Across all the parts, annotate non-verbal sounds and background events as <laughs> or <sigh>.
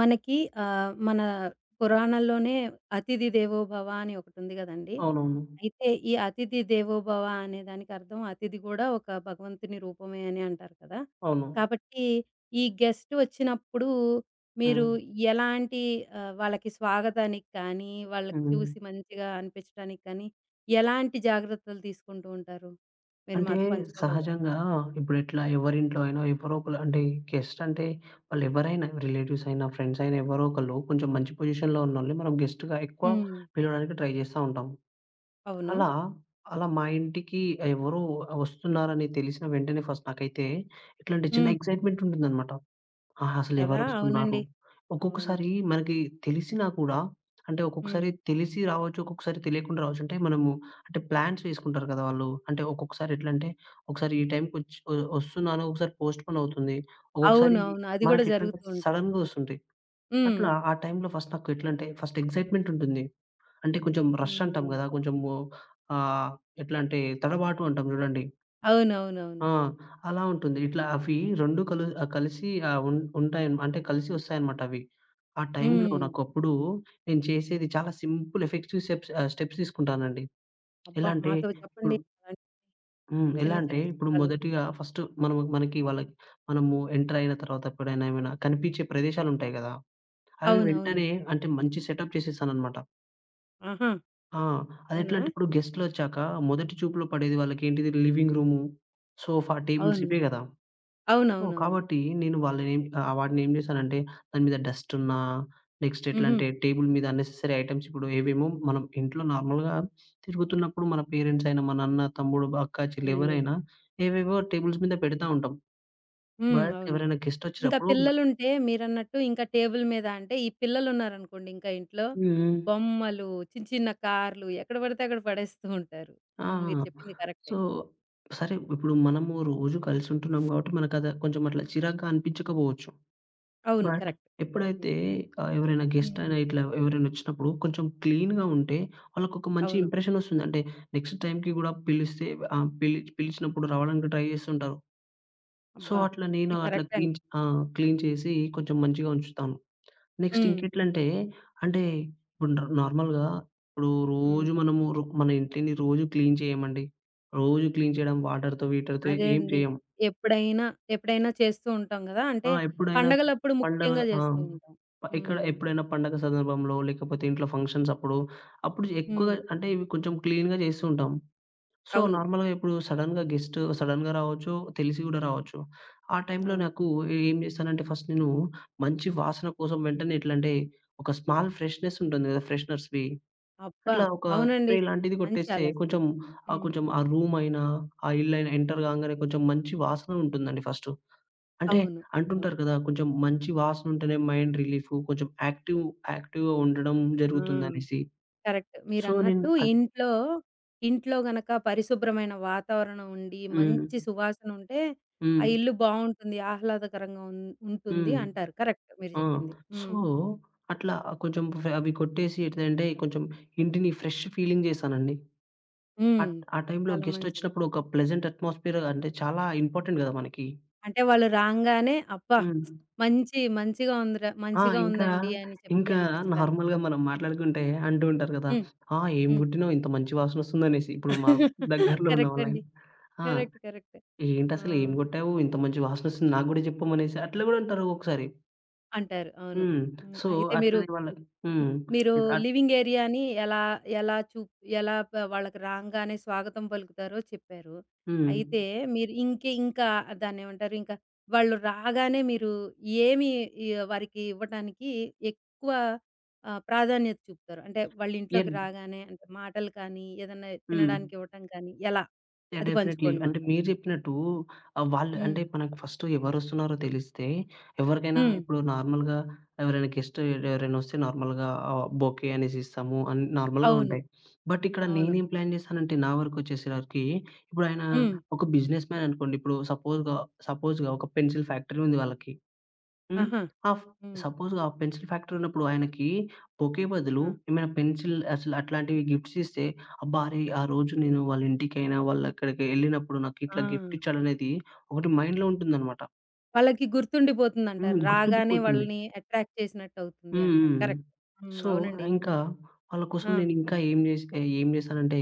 మనకి మన పురాణాల్లోనే అతిథి దేవోభవ అని ఒకటుంది గదండీ! అవునవును. అయితే ఈ అతిథి దేవోభవ అనే దానికి అర్థం అతిథి గూడా ఒక భగవంతుని రూపమే అని అంటారు కదా! అవును. కాబట్టి ఈ గెస్ట్ వచ్చినప్పుడు మీరు హ్మ్. ఎలాంటి వాళ్ళకి స్వాగతానికి కానీ, వాళ్ళకి హ్మ్. చూసి మంచిగా అనిపించడానికి కానీ, ఎలాంటి జాగ్రత్తలు తీసుకుంటూ ఉంటారు? మీరు అంటే మాతో పంచుకోగలరా? సహజంగా ఇప్పుడెట్లా ఎవరింట్లో అయినా ఎవరో ఒకళ్ళు గెస్ట్ అంటే వాళ్ళెవరైనా రిలేటివ్స్ అయినా, ఫ్రెండ్స్ అయినా ఎవరో ఒకళ్ళు కొంచెం మంచి పొజిషన్‌లో ఉన్నోళ్ళని మనం గెస్ట్‌గా ఎక్కువ హ్మ్. పిలవడానికి ట్రై చేస్తా ఉంటాం. అవును. అలా, అలా మా ఇంటికి ఎవరో వస్తున్నారని తెలిసిన వెంటనే ఫస్ట్ నాకైతే ఇట్లాంటి చిన్న హ్మ్. ఎక్సైట్‌మెంట్ ఉంటుందనమాట. ఆహా! కదా! అసలెవరొస్తున్నారు? అవునండి. అవును. ఒక్కొక్కసారి మనకి తెలిసినా కూడా అంటే హ్మ్. ఒక్కొక్కసారి తెలిసి రావచ్చు, ఒక్కొక్కసారి తెలియకుండా రావచ్చు. అంటే మనము అంటే ప్లాన్స్ వేసుకుంటారు కదా! వాళ్ళు. అంటే ఒక్కొక్కసారి ఎట్లంటే ఒకసారి ఈ టైంకొచ్చి ఒస్తున్నాను, ఒకసారి పోస్ట్‌పోన్ అవుతుంది. ఒక్కొక్కసారి అవునవును. అది గూడా మనకెట్లంటే జరుగుతూ ఉంటాయి. సడెన్‌గా ఒస్తుంటాయి. హ్మ్. అట్లా ఆ టైంలో ఫస్ట్ నాకెట్లంటే ఫస్ట్ ఎక్సైట్‌మెంట్ ఉంటుంది. అంటే కొంచెం హ్మ్. రష్ అంటాం గదా! అబ్బా! కొంచెము ఆహ్, ఎట్లా అంటే తడబాటు అంటాం చూడండి. అవునవునవును. ఆ! అలా ఉంటుంది. ఇట్లా అవి 2 కలు కలిసి ఆహ్, ఉం ఉంటాయి. అంటే కలిసి వస్తాయన్నమాట అవి. ఆ టైంలో హ్మ్. నాకప్పుడు నేను చేసేది చాలా సింపుల్ ఎఫెక్టివ్ స్టెప్స్ స్టెప్స్ తీసుకుంటానండి. అబ్బా! ఎలా అంటే మాతో చెప్పండి ఇప్పుడు అలాంటి హ్మ్. చిన్న ఎలా అంటే చిన్న ఇప్పుడు చిట్కాలు. మొదటిగా ఫస్ట్ మనకి వాళ్ళకి మనము ఎంటర్ అయిన తర్వాత ఎప్పుడైనా ఏమైనా కనిపించే ప్రదేశాలుంటాయి గదా! అవి అవునవును. వెంటనే అంటే మంచి సెటప్ చేసేసానన్నమాట. ఆహా! ఆ! అది ఎట్లా అవునా? అంటే ఇప్పుడు గెస్ట్‌లొచ్చాక మొదటి చూపులో పడేది వాళ్ళకేంటిది లివింగ్ రూము, సోఫా, టేబుల్స్ అవును. ఇవే గదా! సో, అవునవునవును. కాబట్టి నేను వాడినేం చేశానంటే, దాని మీద డస్టున్నా, నెక్స్ట్ హుహు. ఎట్లంటే టేబుల్ మీద అన్నెసెసరీ ఐటెమ్స్ ఇప్పుడు ఏవేమో మనం ఇంట్లో నార్మల్‌గా తిరుగుతున్నప్పుడు మన పేరెంట్స్ అయినా, మన అన్న, తమ్ముడు, అక్క, చెల్లి అవునండి. ఎవరైనా ఏవేవో టేబుల్స్ మీద పెడతా ఉంటాం. హ్మ్. బట్ అవును. ఎవరైనా గెస్ట్ ఇంకా వచ్చినప్పుడు హ్మ్. పిల్లలుంటే మీరన్నట్టు ఇంకా టేబుల్ మీద అంటే ఈ పిల్లలున్నారనుకోండి ఇంకా ఇంట్లో హ్మ్. బొమ్మలు, చిన్న చిన్న కార్లు ఎక్కడ పడితే అక్కడ పడేస్తూ ఉంటారు. ఆ! హ్మ్. మీరు చెప్పింది కరెక్టే. సో, సరే ఇప్పుడు మనము రోజు కలిసుంటున్నాం కాబట్టి మనకది కొంచెం అట్లా చిరాగ్గా అనిపించకపోవచ్చు. అవును. But correct. హ్మ్. ఎప్పుడైతే ఎవరైనా గెస్ట్ హ్మ్. అయినా ఇట్లా ఎవరైనొచ్చినప్పుడు కొంచెం క్లీన్‌గా ఉంటే వాళ్ళకొక మంచి అవును. ఇంప్రెషన్ ఒస్తుంది. అంటే నెక్స్ట్ టైమ్‌కి గూడా పిలిస్తే ఆహ్, పిలి పిలిచినప్పుడు రావడానికి ట్రై చేస్తుంటారు. సో, అబ్బా! అట్లా నేను ఇది అట్లా కరెక్ట్ అండి. క్లీన్ చే ఆ! క్లీన్ చేసి కొంచెం మంచిగా ఉంచుతాను. నెక్స్ట్ హ్మ్. ఇంకెట్లంటే అంటే ఇప్పుడు నార్మల్‌గా ఇప్పుడు హ్మ్. రోజు మనము రొ మన ఇంటిని రోజు క్లీన్ చేయమండి. రోజు క్లీన్ చేయడం వాటర్‌తో, వీటర్‌తో అదే ఏం అండి. చేయం. ఎప్పుడైనా, ఎప్పుడైనా చేస్తూ ఉంటాం గదా! అంటే ఆ! ఎప్పుడైనా పండగలప్పుడు పండగ ముఖ్యంగా ఆ! జేస్తూ ఉంటాం. ప ఇక్కడ హ్మ్. ఎప్పుడైనా పండగ సందర్భంలో లేకపోతే ఇంట్లో ఫంక్షన్స్ అప్పుడు, అప్పుడు హ్మ్. ఎక్కువగా అంటే ఇవి కొంచెం క్లీన్‌గా చేస్తూ ఉంటాం. సో, అవును. నార్మల్‌గా ఇప్పుడు సడెన్‌గా రావచ్చు, తెలిసి కూడా రావచ్చు. ఆ టైంలో అవును. నాకు ఏం చేస్తానంటే ఫస్ట్ నేను మంచి వాసన కోసం వెంటనే ఎట్లంటే ఒక స్మాల్ ఫ్రెష్‌నెస్ ఉంటుంది కదా! ఫ్రెషనర్స్‌వి. అబ్బా! అట్లా ఒక అవునండి. స్ప్రే లాంటిది మంచి కొట్టేస్తే ఆలోచన. కొంచెం ఆహ్, హ్మ్. కొంచెం ఆ రూమ్ అయినా, ఆ ఇల్లైనా ఎంటర్ కాంగానే కొంచెం మంచి వాసన ఉంటుందండి ఫస్టు. అంటే అవును. అవును. అంటుంటారు కదా! కొంచెం మంచి వాసనుంటేనే మైండ్ రిలీఫు. కొంచెం యాక్టివ్‌గా ఉండడం ఆ! జరుగుతుందనేసి. కరెక్ట్. సో, నేను మీరన్నట్టు అది ఇంట్లో, ఇంట్లో గనక పరిశుభ్రమైన వాతావరణం ఉండి, హ్మ్. మంచి సువాసనుంటే, ఆ హ్మ్. ఇల్లు బావుంటుంది. ఆహ్లాదకరంగా ఉన్ ఉంటుంది హ్మ్. అంటారు. కరెక్ట్ మీరు ఆ! జెప్పింది. సో, హ్మ్. అట్లా కొంచెం అవి కొట్టేసి ఎట్లంటే కొంచెం ఇంటిని ఫ్రెష్ ఫీలింగ్ చేశానండి. హ్మ్. ఆ టైంలో చాలా మంచిది. గెస్టొచ్చినప్పుడు ఒక ప్లెజెంట్ అట్మాస్ఫియర్ అంటే చాలా ఇంపార్టెంట్ కదా మనకి. అంటే వాళ్ళు రాంగానే అబ్బా! హ్మ్. మంచి మంచిగా ఉందిరా ఆ! మంచిగా ఇంకా, ఉందండి అని చెప్పి ఇంకా అనిపించటానికి. నార్మల్‌గా మనం మాట్లాడుకుంటే అంటూ ఉంటారు కదా! హ్మ్. "ఆ! ఏం హ్మ్. కొట్టినావు ఇంత మంచి వాసనొస్తుందనేసి." ఇప్పుడు మా <laughs> దగ్గరలో ఉన్న కరెక్ట్ అండి. వాళ్ళైనా. ఆ! కరెక్ట్. కరెక్ట్. ఆ! "ఏంటసలు ఏం కొట్టావు? ఇంత మంచి వాసనొస్తుంది నాకు గూడా చెప్పమనేసి" అట్లా గూడా అంటారు ఒక్కొక్కసారి. అంటారు. అవును. హ్మ్. హ్మ్. సో, అయితే మీరు అట్లనే వాళ్ళకి హ్మ్. హ్మ్. మీరు ఇట్ అట్ లివింగ్ ఏరియాని ఎలా ఎలా చూ ఎలా ప వాళ్ళకి రాంగానే స్వాగతం పలుకుతారో చెప్పారు. హ్మ్. అయితే మీరు ఇంకా దాన్నేమంటారు? ఇంకా వాళ్ళు రాగానే మీరు ఏమి ఈ వారికి ఇవ్వటానికి ఎక్కువ ప్రాధాన్యత చూపుతారు? అంటే వాళ్ళ ఇంట్లోకి ఎన్ రాగానే అంటే మాటలు కానీ, ఏదన్నా హ్మ్. తినడానికి ఇవ్వటం కానీ ఎలా? యాహ్! అది డెఫినైట్‌లీ. పంచుకోండి అంటే మాతో. మీరు చెప్పినట్టు వాళ్ళు హ్మ్. అంటే మనకు ఫస్ట్ ఎవరొస్తున్నారో తెలిస్తే ఎవరికైనా హ్మ్. ఇప్పుడు నార్మల్‌గా ఎవరైనా గెస్ట్ ఎవరైనా వస్తే నార్మల్‌గా బొకే అనేసి ఇస్తాము నార్మల్‌గా అవును. ఉంటాయి. బట్ ఇక్కడ అవును. నేనేం ప్లాన్ చేశానంటే నా వరకొచ్చేసరికి ఇప్పుడు ఆయన హ్మ్. ఒక బిజినెస్ మ్యాన్ అనుకోండి. ఇప్పుడు సపోజ్‌గా సపోజ్‌గా ఒక పెన్సిల్ ఫ్యాక్టరీ ఉంది వాళ్ళకి. హ్మ్. ఆహా! ఆఫ్ హ్మ్. సపోజ్‌గా ఆ పెన్సిల్ ఫ్యాక్టరీ ఉన్నప్పుడు ఆయనకి బొకే బదులు ఆ! ఏమైనా పెన్సిల్ అసలు అట్లాంటివి గిఫ్ట్స్ ఇస్తే, అబ్బా! అరే! ఆ రోజు నేను వాళ్ళ ఇంటికైనా, వాళ్ళక్కడికి ఎళ్ళినప్పుడు నాకు ఆ! ఇట్లా గిఫ్ట్ ఇచ్చాడనేది ఒకటి మైండ్‌లో ఉంటుందనమాట. వాళ్ళకి హ్మ్. గుర్తుండిపోతుందంటారు. రాగానే గుర్తుండిపోతుంది. వాళ్ళని అట్రాక్ట్ చేసినట్టవుతుంది హ్మ్. అంటారు. హ్మ్. కరెక్ట్. హ్మ్. సో, అవునండి. ఇంకా వాళ్ళ కోసం ఆ! నేను ఇంకా ఏం జేశానంటే,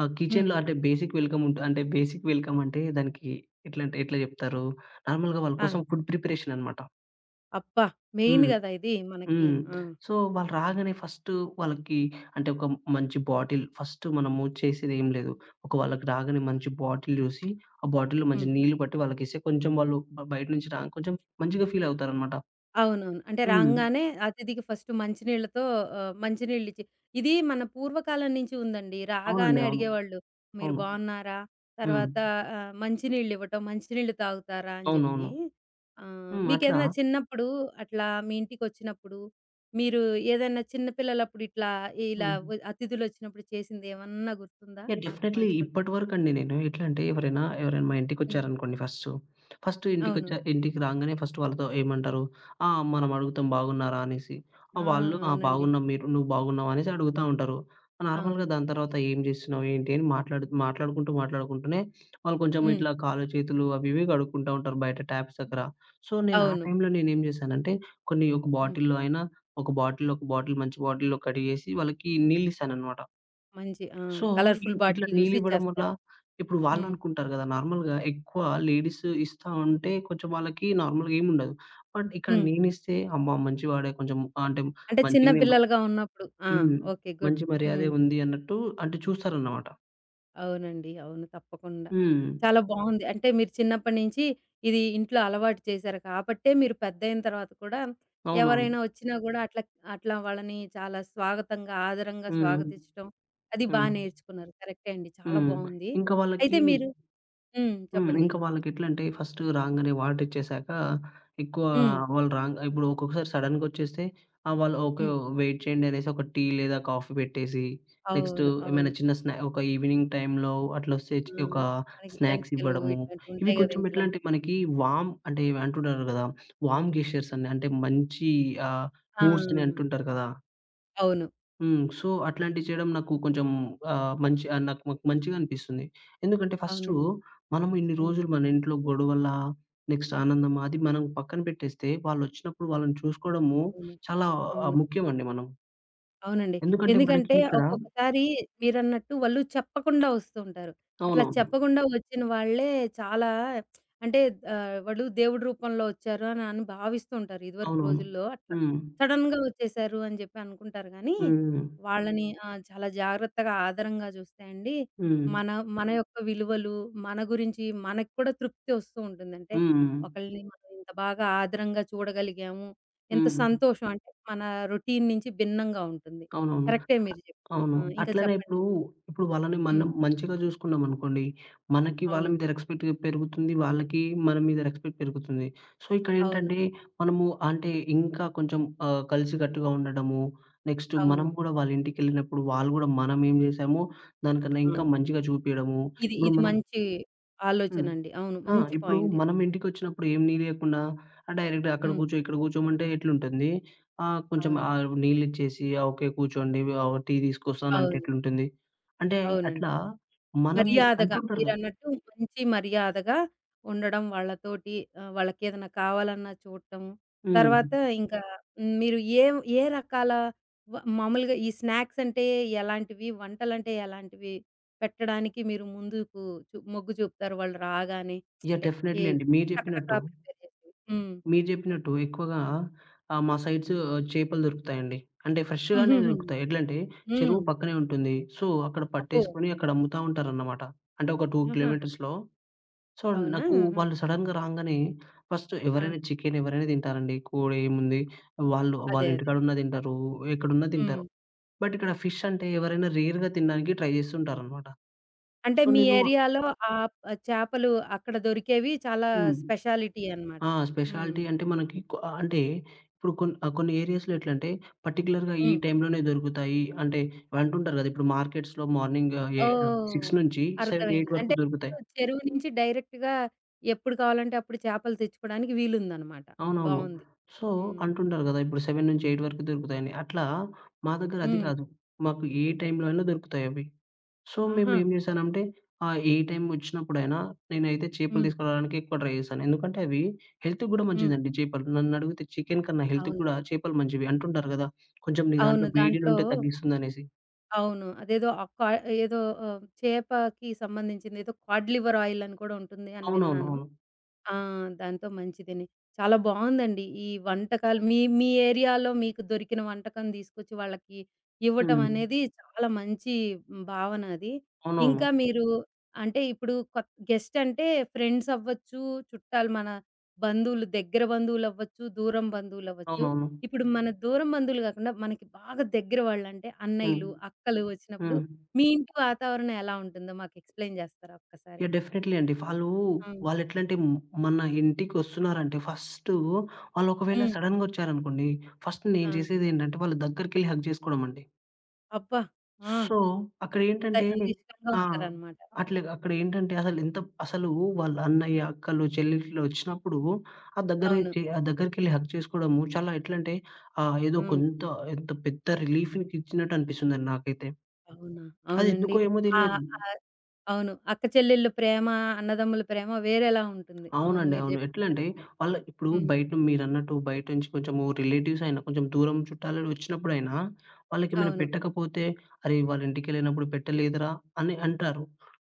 ఆ హ్మ్. కిచెన్‌లో అంటే బేసిక్ వెల్కమ్ ఉంటు అంటే బేసిక్ వెల్కమ్ అంటే దానికి ఎట్లంటే ఎట్లా జెప్తారు? నార్మల్‌గా వాళ్ళ ఆ! కోసం ఫుడ్ ప్రిపరేషన్ అనమాట. అబ్బా! మెయిన్ హ్మ్. గదా! ఇది మనకి. హ్మ్. ఆ! సో, వాళ్ళు రాగానే ఫస్ట్ వాళ్ళకి అంటే ఒక మంచి బాటిల్ ఫస్ట్ మనము చేసేదేం లేదు. ఒక వాళ్ళకి రాగానే మంచి బాటిల్ చూసి, ఆ బాటిల్‌లో మంచి హ్మ్. నీళ్ళు పట్టి వాళ్ళకిస్తే కొంచెం వాళ్ళు బయట నుంచి రాంగ్ కొంచెం మంచిగా ఫీల్ అవుతారనమాట. అవునవును. అంటే హ్మ్. రాంగానే అతిథికి ఫస్ట్ మంచినీళ్ళతో మంచినీళ్ళిచ్చి ఇది మన పూర్వకాలం నుంచి ఉందండి. అవునండి. రాగానే అవును. అడిగేవాళ్ళు, "మీరు అవును. బావున్నారా?" హ్మ్. తర్వాత మంచినీళ్ళివ్వటం, "మంచినీళ్ళు తాగుతారా?" అని జెప్పి. అవునవును. హ్మ్. అట్లా మీకేదైనా చిన్నప్పుడు అట్లా మీ ఇంటికొచ్చినప్పుడు, మీరు ఏదైనా చిన్న పిల్లలప్పుడు ఇట్లా ఇలా హ్మ్. వ అతిథులొచ్చినప్పుడు చేసిందేమన్నా గుర్తుందా? యాహ్! మాతో డెఫినైట్‌లీ పంచుకుంటా ఇప్పటివరకండి నేను ఎట్లా అంటే ఎవరైనా మా హ్మ్. ఇంటికొచ్చారనుకోండి ఫస్టు. ఫస్ట్ అవును. ఇంటికొచ్చా ఇంటికి రాంగానే ఫస్ట్ వాళ్ళతో ఏమంటారు? ఆ! మనం అడుగుతాం బాగున్నారా అనేసి. ఆ! ఆ! వాళ్ళు ఆ! అవునండి. బాగున్నాం నువ్వు బాగున్నావా అనేసి అడుగుతా ఉంటారు. నార్మల్‌గా అవును. దాని తర్వాత ఏం చేస్తున్నావు? ఏంటి? అని మాట్లాడుకుంటూనే వాళ్ళు కొంచెం హ్మ్. ఇట్లా కాళ్ళు, చేతులు అవి ఇవి కడుక్కుంటా ఉంటారు బయట ట్యాప్స్ దగ్గర. సో, నేను ఆ అవును. టైంలో నేనేం చేశానంటే కొన్ని ఒక హ్మ్. బాటిల్‌లో అయినా ఒక బాటిల్, ఒక బాటిల్ మంచి బాటిల్‌లో కడిగేసి వాళ్ళకి నీళ్ళిస్తాననమాట. మంచి ఆ! సో, కలర్‌ఫుల్ ఇట్లా బాటిల్ చూసి నీళ్ళివ్వడం వల్ల ఇచ్చేస్తారు. ఇప్పుడు హ్మ్. వాళ్ళనుకుంటారు గదా! నార్మల్‌గా ఎక్కువ లేడీస్ ఇస్తా ఉంటే కొంచెం వాళ్ళకి నార్మల్‌గా ఏముండదు. బట్ ఇక్కడ హ్మ్. నేనిస్తే అమ్మా! మంచివాడే కొంచెం ఆ, అంటే అంటే చిన్న మంచిగానే మ పిల్లలుగా ఉన్నప్పుడు. ఆ! హ్మ్. ఓకే. గుడ్. మంచి హ్మ్. మర్యాదే ఉంది అన్నట్టు అంటే చూస్తారన్నమాట. అవునండి. అవును. తప్పకుండా. హ్మ్. చాలా బావుంది. అంటే మీరు చిన్నప్పటి నుంచి ఇది ఇంట్లో అలవాటు చేశారు కాబట్టే మీరు పెద్దయిన తర్వాత కూడా అవునవును. ఎవరైనా వచ్చినా గూడా అట్లా అట్లా వాళ్ళని చాలా స్వాగతంగా, ఆదరంగా హ్మ్. స్వాగతించటం అది బా హ్మ్. నేర్చుకున్నారు. కరెక్టే అండి. చాలా హ్మ్. బావుంది. ఇంకా వాళ్ళకి అయితే మీరు హ్మ్. హ్మ్. చెప్పండి. ఇంక వాళ్ళకెట్లంటే ఫస్ట్ రాంగానే వాటర్ ఇచ్చేసాక ఎక్కువ హ్మ్. హ్మ్. వాళ్ళు రాంగ్ ఇప్పుడు ఒక్కొక్కసారి సడెన్‌గా వచ్చేస్తే ఆ! వాళ్ళు ఓకే. హ్మ్. వెయిట్ చేయండి అనేసి ఒక టీ లేదా కాఫీ పెట్టేసి నెక్స్ట్ అవును. ఏమైనా అవును. చిన్న ఒక ఈవినింగ్ టైమ్‌లో అట్లొస్తే ఆ! ఒక మనకి స్నాక్స్ జంతికలు ఇవ్వడము. ఇవి ఇట్లాంటివుంటాయి గదా కొంచెం ఇంట్లో. ఎట్లా అంటే మనకి వార్మ్ అంటే అంటుంటారు కదా! వార్మ్ గెస్చర్స్ అని అంటే మంచి ఆహ్, ఆ! మూవ్స్ అని అంటుంటారు కదా! అవును. హ్మ్. సో, అట్లాంటివి చేయడం నాకు కొంచెం ఆహ్, మంచి ఆహ్, నాకు మాకు మంచిగా అనిపిస్తుంది. ఎందుకంటే ఫస్టు అవునండి. మనము ఇన్ని హ్మ్. రోజులు మన ఇంట్లో గొడవలా, నెక్స్ట్ ఆనందం అది మనం పక్కన పెట్టేస్తే వాళ్ళొచ్చినప్పుడు వాళ్ళని చూసుకోవడము అవును. చాలా అవును. ముఖ్యమండి మనం. అవునండి. ఎందుకంటే మనకి ఎందుకంటే ఇక్కడ ఒక్కొక్కసారి మీరన్నట్టు వాళ్ళు చెప్పకుండా వస్తూ ఉంటారు. అట్లా అవునవును. చెప్పకుండా వచ్చిన వాళ్ళే చాలా అంటే వాళ్ళు దేవుడి రూపంలో వచ్చారు అని అని భావిస్తూ ఉంటారు. ఇదివరకు అవునవును. రోజుల్లో అట్లా. హ్మ్. సడెన్‌గా వచ్చేసారు అని చెప్పి అనుకుంటారు గానీ, హ్మ్. వాళ్ళని ఆ! చాలా జాగ్రత్తగా ఆదరంగా చూస్తే అండి, హ్మ్. మన మన యొక్క విలువలు, మన గురించి మనకు కూడా తృప్తి వస్తూ ఉంటుంది. అంటే హ్మ్. హ్మ్. ఒకళ్ళని మనం ఇంత బాగా ఆదరంగా చూడగలిగాము ఎంత హ్మ్. సంతోషం అంటే మన రొటీన్ నుంచి భిన్నంగా ఉంటుంది. అవునవును. కరెక్టే మీరు చెప్పింది. అవును. ఆ! ఇంకా అట్లనే చెప్పండి. ఇప్పుడు వాళ్ళని హ్మ్. మనం మంచిగా జూసుకున్నామనుకోండి, మనకి వాళ్ళ అవును. మీద రెస్పెక్ట్ పెరుగుతుంది. వాళ్ళకి మన మీద రెస్పెక్ట్ పెరుగుతుంది. సో, అవును. ఇక్కడేంటంటే మనము అంటే ఇంకా కొంచెం కలిసికట్టుగా ఉండడము, నెక్స్ట్ అవును. మనం గూడా వాళ్ళ ఇంటికెళ్ళినప్పుడు వాళ్ళు గూడా మనమేం జేశామో దానికన్నా ఆ! ఇంకా మంచిగా చూపియడము. ఇది ఇప్పుడు ఇది మనం మంచి హ్మ్. ఆలోచనండి. అవును. ఆ! మంచి ఇప్పుడు పాయింట్ ఇది. మనం ఇంటికొచ్చినప్పుడు ఏం నీళ్లియకుండా డైరెక్ట్‌గా అక్కడ హ్మ్. కూర్చో, ఇక్కడ కూర్చోమంటే ఎట్లుంటుంది? అవును. నీళ్ళిచ్చేసి ఓకే. కూర్చోండి టీ తీసుకొస్తానంటే అవును. ఎట్లుంటుంది? అంటే అవునండి. అట్లా మనము మర్యాదగా అంటుంటారు కదా! మీరన్నట్టు మంచి మర్యాదగా ఉండడం వాళ్ళతోటి వాళ్ళకేదైనా కావాలన్నా చూడటం. హ్మ్. తర్వాత ఇంకా హ్మ్, మీరు ఏ ఏ రకాల వ మామూలుగా ఈ స్నాక్స్ అంటే ఎలాంటివి? వంటలంటే ఎలాంటివి పెట్టడానికి మీరు ముందుకు చు మొగ్గు చూపుతారు వాళ్ళు రాగానే? యాహ్! అంటే ఏ డెఫినైట్‌లీ అండి. టకటక ప్రిపేర్ చేసేవి. హ్మ్. మీరు చెప్పినట్టు ఎక్కువగా మా సైడ్స్ చేపలు దొరుకుతాయండి. అంటే <laughs> ఫ్రెష్‌గానే హుహుహు. దొరుకుతాయి. ఎట్లంటే హ్మ్. చెరువు పక్కనే ఉంటుంది. సో, అక్కడ అబ్బో! పట్టేసుకొని అక్కడ అమ్ముతా ఉంటారన్నమాట. అంటే ఒక 2 ఆహా! కిలోమీటర్స్‌లో సో, అవునా? నాకు ఆహా! వాళ్ళు సడెన్‌గా రాంగానే ఫస్ట్ ఆ! ఎవరైనా చికెన్ ఎవరైనా తింటారండి. కోడి ఏముంది వాళ్ళు వాళ్ళ అదే. అదే. ఇంటికాడున్నా తింటారు. ఎక్కడున్నా హ్మ్. తింటారు. బట్ ఇక్కడ ఫిష్ అంటే ఎవరైనా రేర్‌గా తినడానికి ట్రై చేస్తుంటారనమాట. అంటే సో, మీ నేను ఏరియాలో ఆ ఆ చేపలు అక్కడ దొరికేవి చాలా హ్మ్. స్పెషాలిటీ అన్నమాట. ఆ! హ్మ్. స్పెషాలిటీ అంటే మనకి కొ అంటే ఇప్పుడు కొన్ ఆహ్, కొన్ని ఏరియాస్‌లో ఎట్లంటే పర్టిక్యులర్‌గా ఈ హ్మ్. టైంలోనే దొరుకుతాయి. అంటే అంటుంటారు కదా! ఇప్పుడు మార్కెట్స్‌లో మార్నింగ్ ఏ 6 ఓహ్! నుంచి 7, అర్థమైంది. 8 అంటే వరకు దొరుకుతాయి. చెరువు నుంచి డైరెక్ట్‌గా ఎప్పుడు కావాలంటే అప్పుడు చేపలు తెచ్చుకోవడానికి వీలుందన్నమాట. అవునవును. బావుంది. సో, హ్మ్. అంటుంటారు గదా! ఇప్పుడు 7-8 వరకు దొరుకుతాయని. అట్లా మా దగ్గర అది హ్మ్. కాదు. మాకు ఏ టైంలో అయినా దొరుకుతాయవి. సో, ఆహా! మేమేం జేశానంటే, ఆ ఏ టైం ఒచ్చినప్పుడైనా నేనైతే చేపలు హ్మ్. తీసుకురావడానికి ఎక్కువ ట్రై జేశాను. ఎందుకంటే అవి హెల్త్‌కి గూడా హ్మ్. మంచిదండి చేపలు. నన్నడిగితే చికెన్ కన్నా హెల్త్‌కి అవును. గూడా చేపలు మంచివి. అంటుంటారు గదా! కొంచెం నీ అవును. దాంట్లో దాంట్లో వేడిలుంటే తగ్గిస్తుందనేసి. అవును. అదేదో కా ఏదో చేపకి సంబంధించింది ఏదో కాడ్ లివర్ ఆయిల్ అని కూడా ఉంటుంది అని విన్నాను. అవునవునవును. ఆ! దాంతో మంచిదని. చాలా బావుందండి. ఈ వంటకాలు మీ మీ ఏరియాలో మీకు దొరికిన వంటకం తీసుకొచ్చి వాళ్ళకి ఇవ్వటం హ్మ్. అనేది చాలా మంచి భావన అది. అవునవును. ఇంకా మీరు అంటే ఇప్పుడు కొత్ గెస్ట్ అంటే ఫ్రెండ్స్ అవ్వచ్చు, చుట్టాలు మన బంధువులు, దగ్గర బంధువులవ్వచ్చు, దూరం బంధువులవ్వచ్చు. అవును. ఇప్పుడు మన దూరం బంధువులు కాకుండా మనకి బాగా దగ్గర వాళ్ళంటే ఉమ్. అవునవును. అన్నయ్యలు, అక్కలు హ్మ్. వచ్చినప్పుడు హ్మ్. మీ ఇంటి వాతావరణం ఎలా ఉంటుందో మాకు ఎక్స్‌ప్లెయిన్ చేస్తారా ఒక్కసారి? యాహ్! డెఫినైట్‌లీ అండి. ఆ! వాళ్ళెట్లంటే హ్మ్, మన ఇంటికొస్తున్నారంటే ఫస్టు వాళ్ళు ఒకవేళ హ్మ్. సడెన్‌గా ఒచ్చారనుకోండి, ఫస్ట్ ఆ! నేను చేసేదేంటంటే వాళ్ళ దగ్గరికెళ్లి హగ్ చేసుకోవడం అండి. అబ్బా! ఆ! సో, ఆ! అంత అక్కడేంటంటే అంత ఇష్టంగా ఆ! ఉంటారనమాట అలాగా. అట్లే అక్కడేంటంటే అసలెంత అసలు ఎంత అసలు వాళ్ళ అన్నయ్య, అక్కలు, చెల్లెలిట్లు ఒచ్చినప్పుడు ఆ దగ్గర అవును. చే ఆ దగ్గరికెళ్లి హగ్ చేసుకోవడము చాలా ఎట్లంటే ఏదో హ్మ్. కొంత ఎంత పెద్ద రిలీఫ్‌ని ఇచ్చినట్టు అనిపిస్తుందండి నాకైతే. అవునా? అవునండి. అదెందుకో ఏమో ఆహ్, తెలియదు. ఆహ్, అవును. అక్క చెల్లెళ్ళ ప్రేమ, అన్నదమ్ముల ప్రేమ వేరేలా ఉంటుంది. అవును. అవునండి. మీరు అవును. చెప్పింది ఎట్లంటే కరెక్ట్. వాళ్ళ ఇప్పుడు హ్మ్. బయట మీరన్నట్టు బయట నుంచి కొంచెము రిలేటివ్స్ అయినా, కొంచెం దూరం చుట్టాలు వచ్చినప్పుడైనా వాళ్ళకేమైనా అవును. పెట్టకపోతే, "అరే! వాళ్ళ ఇంటికెళ్ళినప్పుడు పెట్టలేదురా" అని అంటారు.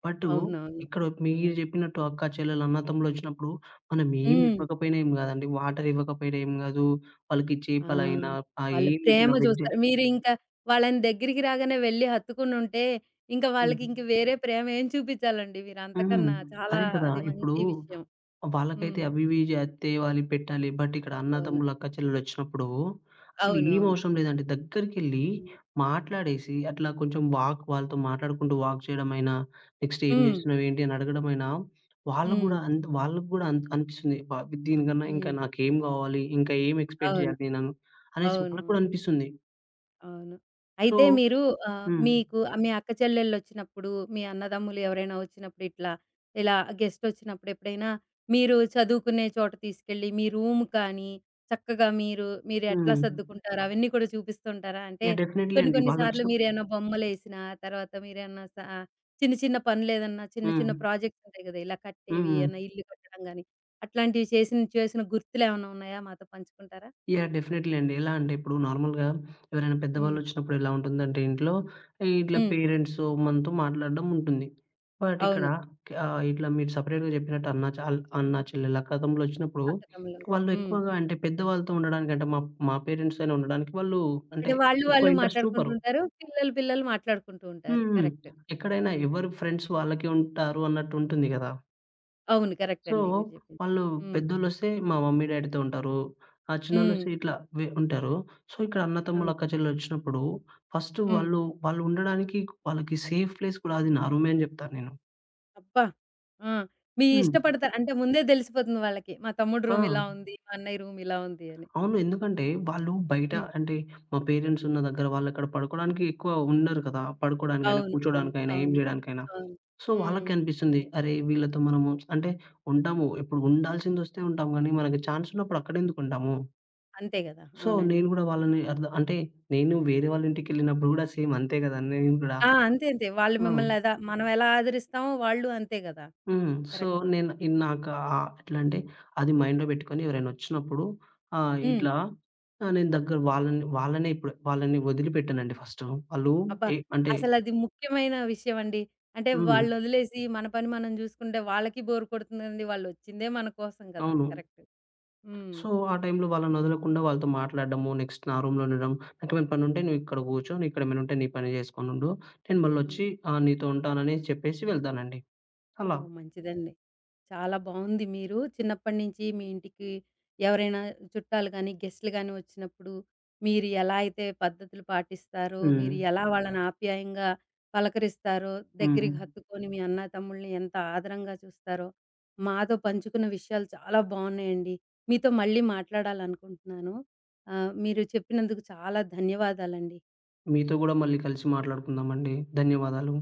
బట్ అవునవును. ఇక్కడ మీరు అవును. చెప్పినట్టు అక్క, చెల్లెలు, అన్న, తమ్ముళ్ళు వచ్చినప్పుడు మనం ఏమి హ్మ్. ఇవ్వకపోయినా ఏం కాదండి. వాటర్ ఇవ్వకపోయినా ఏం కాదు. వాళ్ళకి ఆ! చేపలైనా, ఆ వాళ్ళు ఏం ప్రేమ పెట్టినా వెజ్ చూస్తారు. మీరు ఇంకా వాళ్ళని దగ్గరికి రాగానే వెళ్లి హత్తుకునుంటే, ఇంకా వాళ్ళకి హ్మ్. ఇంక వేరే ప్రేమ ఏం చూపించాలండి మీరు హ్మ్. అంతకన్నా. చాలా అదే కదా! అది ఇప్పుడు మంచి విషయం. వాళ్ళకైతే హ్మ్. అవి ఇవి జేత్తే వాళ్ళు పెట్టాలి. బట్ ఇక్కడ అవును. అన్నదమ్ములు, అక్కచెల్లెళ్ళొచ్చినప్పుడు అసలు ఏం అవునవును. అవసరం లేదండి. దగ్గరికెళ్లి హ్మ్. మాట్లాడేసి అట్లా కొంచెం వాళ్ళతో మాట్లాడుకుంటూ వాక్ చేయడమైనా, నెక్స్ట్ ఏం హ్మ్. జేస్తున్నావు? ఏంటి? అని అడగడమైనా వాళ్ళు హ్మ్. గూడా అంత్ వాళ్ళకి గూడా అనిపిస్తుంది. దీనికన్నా ఇంకా హ్మ్. నాకేం గావాలి? ఇంకా ఏం ఎక్స్‌పెక్ట్ అవును. జేయాలి నేను? అనేసి వాళ్ళకి అవునవును. కూడా అనిపిస్తుంది. అవును. సో అయితే మీరు హ్మ్. మీకు మీ అక్క చెల్లెళ్ళొచ్చినప్పుడు, మీ అన్నదమ్ములు ఎవరైనా వచ్చినప్పుడు ఇట్లా, ఇలా గెస్టొచ్చినప్పుడు ఎప్పుడైనా మీరు చదువుకునే చోట తీసుకెళ్ళి, మీ రూమ్ కానీ, చక్కగా మీరు మీరెట్లా హ్మ్. సర్దుకుంటారు అవన్నీ కూడా చూపిస్తుంటారా? అంటే యాహ్! డెఫినైట్‌లీ కొన్ని అండి. కొన్ని సార్లు వాళ్ళొచ్చినప్పుడు మీరేమైనా బొమ్మలేసినా, తర్వాత మీరేమన్నా సా చిన్న చిన్న పనులేదన్నా చిన్న చిన్న హ్మ్. ప్రాజెక్ట్స్ ఉంటాయి కదా! ఇలా కట్టేవి, హ్మ్. ఏమన్నా ఇల్లు కట్టడం గాని, అట్లాంటివి చేసిన చేసిన గుర్తులేమన్నా ఉన్నాయా? మాతో పంచుకుంటారా? యాహ్! డెఫినైట్‌లీ అండి. ఎలా అంటే ఇప్పుడు నార్మల్‌గా ఎవరైనా హ్మ్. పెద్దవాళ్ళొచ్చినప్పుడు ఎలా ఉంటుందంటే ఇంట్లో ఇట్లా హ్మ్. పేరెంట్స్ మనతో మాట్లాడడం ఉంటుంది. బట్ ఇక్కడ అవును. ఇట్లా మీరు సెపరేట్‌గా చెప్పినట్టు అన్నా, చెల్లెలు కథంలో వచ్చినప్పుడు అక్క తమ్ముళ్ళు. వాళ్ళు హ్మ్. ఎక్కువగా అంటే పెద్దవాళ్ళతో ఉండడానికి అంటే మా మా పేరెంట్స్‌తోనే ఉండడానికి వాళ్ళు అంటే అంటే వాళ్ళు ఎక్కువ వాళ్ళు ఇంట్రెస్ట్ మాట్లాడుకుంటూ చూపరు. ఉంటారు. పిల్లలు పిల్లలు మాట్లాడుకుంటూ ఉంటారు. హ్మ్. కరెక్ట్. ఎక్కడైనా హ్మ్. ఎవరు ఫ్రెండ్స్ వాళ్ళకే ఉంటారు అన్నట్టు ఉంటుంది గదా! అవును. కరెక్ట్ సో, అండి మీరు చెప్పింది. వాళ్ళు హ్మ్. పెద్దోళ్ళొస్తే మా మమ్మీ, డ్యాడీతో ఉంటారు. ఆ హ్మ్. చిన్నోళ్ళొస్తే ఇట్లా ఉంటారు. సో, ఇక్కడ అన్న, ఆ! తమ్ముళ్ళు, అక్క, చెల్లెలొచ్చినప్పుడు ఫస్ట్ హ్మ్. వాళ్ళు, వాళ్ళు ఉండడానికి వాళ్ళకి సేఫ్ ప్లేస్ కూడా అది నా రూమే అని జెప్తాను నేను. అబ్బా! ఆ! మీ హ్మ్. ఇష్టపడతారు అంటే ముందే తెలిసిపోతుంది వాళ్ళకి. మా తమ్ముడు ఆ! రూమ్ ఇలా ఉంది. మా అన్నయ్య రూమ్ ఇలా ఉంది అని. అవును. ఎందుకంటే వాళ్ళు బయట హ్మ్. అంటే మా పేరెంట్స్ ఉన్న దగ్గర వాళ్ళక్కడ పడుకోవడానికి ఎక్కువ ఉండరు కదా! పడుకోవడానికైనా, అవును. అవును. కూర్చోడానికైనా, ఏం అవును. జేయడానికైనా. అవును. సో, హ్మ్. వాళ్ళకి అనిపిస్తుంది. అరే! వీళ్ళతో మనము అంటే ఉంటాము. ఇప్పుడు ఉండాల్సిందొస్తే ఉంటాం గానీ, మనకి ఛాన్స్ ఉన్నప్పుడు అక్కడెందుకుంటాము? అంతే గదా! సో, అవునండి. నేను గూడా వాళ్ళని అర్థ అంటే నేను వేరే వాళ్ళ ఇంటికెళ్ళినప్పుడు గూడా సేమ్ అంతే గదా! నేను గూడా ఆ! అంతే అంతే. వాళ్ళు హ్మ్. మిమ్మల్ని ఎలా మనం ఎలా ఆదరిస్తామో వాళ్ళు అంతే గదా! హ్మ్. సో, కరెక్టే. నేను హ్మ్. ఇన్ నాకు ఆహ్, ఎట్లా అంటే అది మైండ్‌లో పెట్టుకొని ఎవరైనా వచ్చినప్పుడు ఆహ్, హ్మ్. ఇట్లా నేను దగ్గర వాళ్ళని వాళ్ళనే ఇప్పుడు వాళ్ళని వదిలిపెట్టనండి ఫస్టు. వాళ్ళు అబ్బా! ఏ అంటే అసలది ముఖ్యమైన విషయం అండి. అంటే హ్మ్. వాళ్ళనొదిలేసి మన పని మనం జూసుకుంటే వాళ్ళకి బోర్ కొడుతుందండి. వాళ్ళొచ్చిందే మన కోసం గదా! అవును. కరెక్ట్. హ్మ్. సో, ఆ టైంలో వాళ్ళని వదలకుండా వాళ్ళతో మాట్లాడడము, నెక్స్ట్ నా రూమ్‌లో ఉండడం. నాకేమైనా పనుంటే నువ్విక్కడ కూర్చో, నీకిక్కడేమైనా ఉంటే నీ పని జేసుకొనుండు. నేను హ్మ్. మళ్ళొచ్చి నీతో ఉంటానని చెప్పేసి వెళ్తానండి. అలా. ఓహ్! మంచిదండి. చాలా బావుంది. మీరు చిన్నప్పటి నుంచి మీ ఇంటికి ఎవరైనా చుట్టాలు గానీ, గెస్ట్‌లు గానీ వచ్చినప్పుడు మీరు ఎలా అయితే పద్ధతులు పాటిస్తారో, హ్మ్. మీరు ఎలా వాళ్ళని ఆప్యాయంగా పలకరిస్తారో, హ్మ్. దగ్గరికి హత్తుకొని మీ అన్న, తమ్ముల్ని ఎంత ఆదరంగా చూస్తారో, మాతో పంచుకున్న విషయాలు చాలా బావున్నాయండి. మీతో మళ్ళీ మాట్లాడాలనుకుంటున్నాను. మీరు చెప్పినందుకు చాలా ధన్యవాదాలండి. మీతో గూడా మళ్ళీ కలిసి మాట్లాడుకుందామండి. ధన్యవాదాలు.